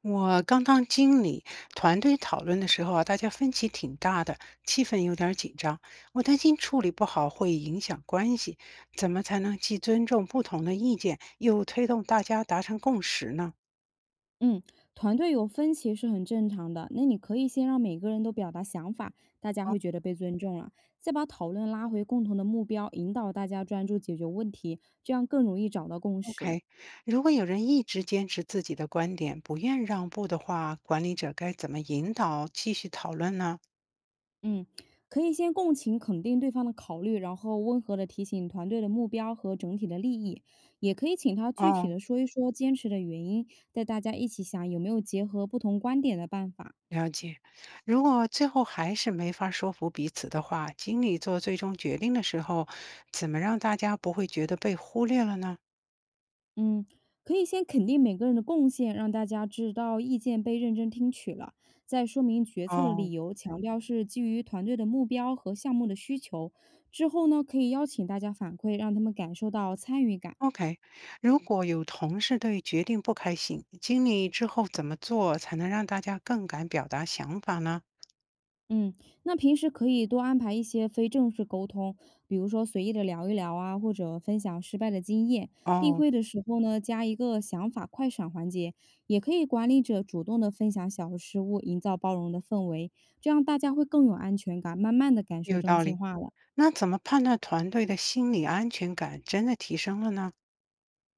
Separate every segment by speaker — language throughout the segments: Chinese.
Speaker 1: 我刚当经理，团队讨论的时候啊，大家分歧挺大的，气氛有点儿紧张。我担心处理不好会影响关系，怎么才能既尊重不同的意见，又推动大家达成共识呢
Speaker 2: 嗯，团队有分歧是很正常的。那你可以先让每个人都表达想法，大家会觉得被尊重了，再把讨论拉回共同的目标，引导大家专注解决问题，这样更容易找到共识。
Speaker 1: ？OK，如果有人一直坚持自己的观点，不愿让步的话，管理者该怎么引导继续讨论呢？
Speaker 2: 嗯，可以先共情肯定对方的考虑，然后温和的提醒团队的目标和整体的利益，也可以请他具体
Speaker 1: 哦、
Speaker 2: 的说一说坚持的原因，带大家一起想有没有结合不同观点的办法。
Speaker 1: 了解，如果最后还是没法说服彼此的话，经理做最终决定的时候，怎么让大家不会觉得被忽略了呢？
Speaker 2: 嗯，可以先肯定每个人的贡献，让大家知道意见被认真听取了，再说明决策的理
Speaker 1: 哦
Speaker 2: 由，强调是基于团队的目标和项目的需求。之后呢，可以邀请大家反馈，让他们感受到参与感。
Speaker 1: ，OK，如果有同事对决定不开心，经理之后怎么做才能让大家更敢表达想法呢？
Speaker 2: 嗯，那平时可以多安排一些非正式沟通，比如说随意的聊一聊啊，或者分享失败的经验。例
Speaker 1: 哦，
Speaker 2: 会的时候呢，加一个想法快闪环节，也可以管理者主动的分享小失误，营造包容的氛围，这样大家会更有安全感，慢慢的感受
Speaker 1: 有
Speaker 2: 真
Speaker 1: 道
Speaker 2: 心
Speaker 1: 理。
Speaker 2: 话了。
Speaker 1: 那怎么判断团队的心理安全感真的提升了呢？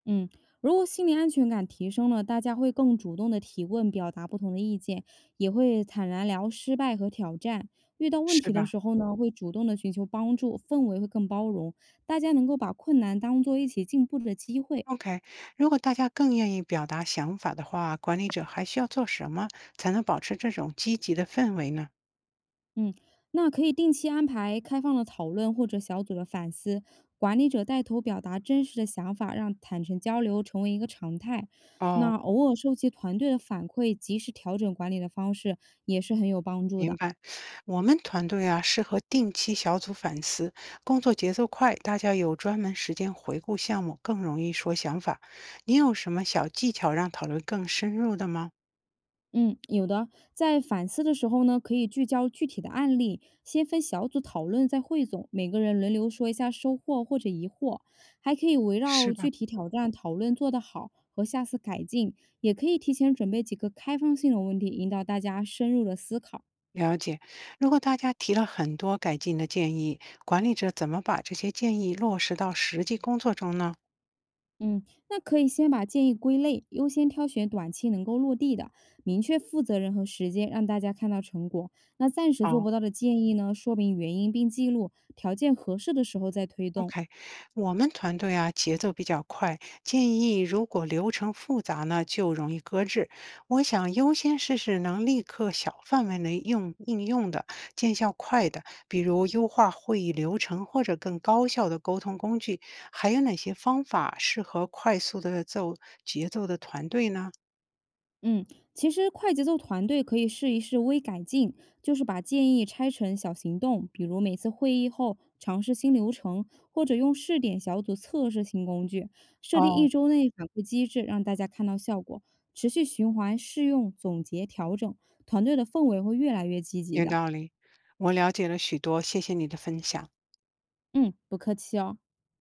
Speaker 2: 嗯，如果心理安全感提升了，大家会更主动的提问，表达不同的意见，也会坦然聊失败和挑战。遇到问
Speaker 1: 是
Speaker 2: 题的
Speaker 1: 吧？
Speaker 2: 时候呢，会主动的寻求帮助，氛围会更包容，大家能够把困难当做一起进步的机会。
Speaker 1: OK，如果大家更愿意表达想法的话，管理者还需要做什么才能保持这种积极的氛围呢？
Speaker 2: 嗯，那可以定期安排开放的讨论或者小组的反思，管理者带头表达真实的想法，让坦诚交流成为一个常态。那
Speaker 1: 哦，
Speaker 2: 偶尔收集团队的反馈，及时调整管理的方式也是很有帮助
Speaker 1: 明
Speaker 2: 的。
Speaker 1: 白。我们团队啊，适合定期小组反思，工作节奏快，大家有专门时间回顾项目，更容易说想法。你有什么小技巧让讨论更深入的吗？
Speaker 2: 嗯，有的。在反思的时候呢，可以聚焦具体的案例，先分小组讨论，再汇总，每个人轮流说一下收获或者疑惑，还可以围绕
Speaker 1: 是
Speaker 2: 具
Speaker 1: 吧？
Speaker 2: 体挑战讨论做得好和下次改进，也可以提前准备几个开放性的问题，引导大家深入的思考。
Speaker 1: 了解，如果大家提了很多改进的建议，管理者怎么把这些建议落实到实际工作中呢？
Speaker 2: 嗯，那可以先把建议归类，优先挑选短期能够落地的，明确负责人和时间，让大家看到成果。那暂时做
Speaker 1: 哦。
Speaker 2: 不到的建议呢，说明原因并记录，条件合适的时候再推动。
Speaker 1: OK，我们团队啊节奏比较快，建议如果流程复杂呢，就容易搁置。我想优先试试能立刻小范围内用应用的、见效快的，比如优化会议流程或者更高效的沟通工具。还有哪些方法适合快速的奏节奏的团队呢？
Speaker 2: 嗯，其实快节奏团队可以试一试微改进，就是把建议拆成小行动，比如每次会议后尝试新流程，或者用试点小组测试新工具，设定一
Speaker 1: 哦，
Speaker 2: 周内反馈机制，让大家看到效果，持续循环试用、总结、调整，团队的氛围会越来越积极
Speaker 1: 有
Speaker 2: 的。
Speaker 1: 道理，我了解了许多，谢谢你的分享。
Speaker 2: 嗯，不客气哦。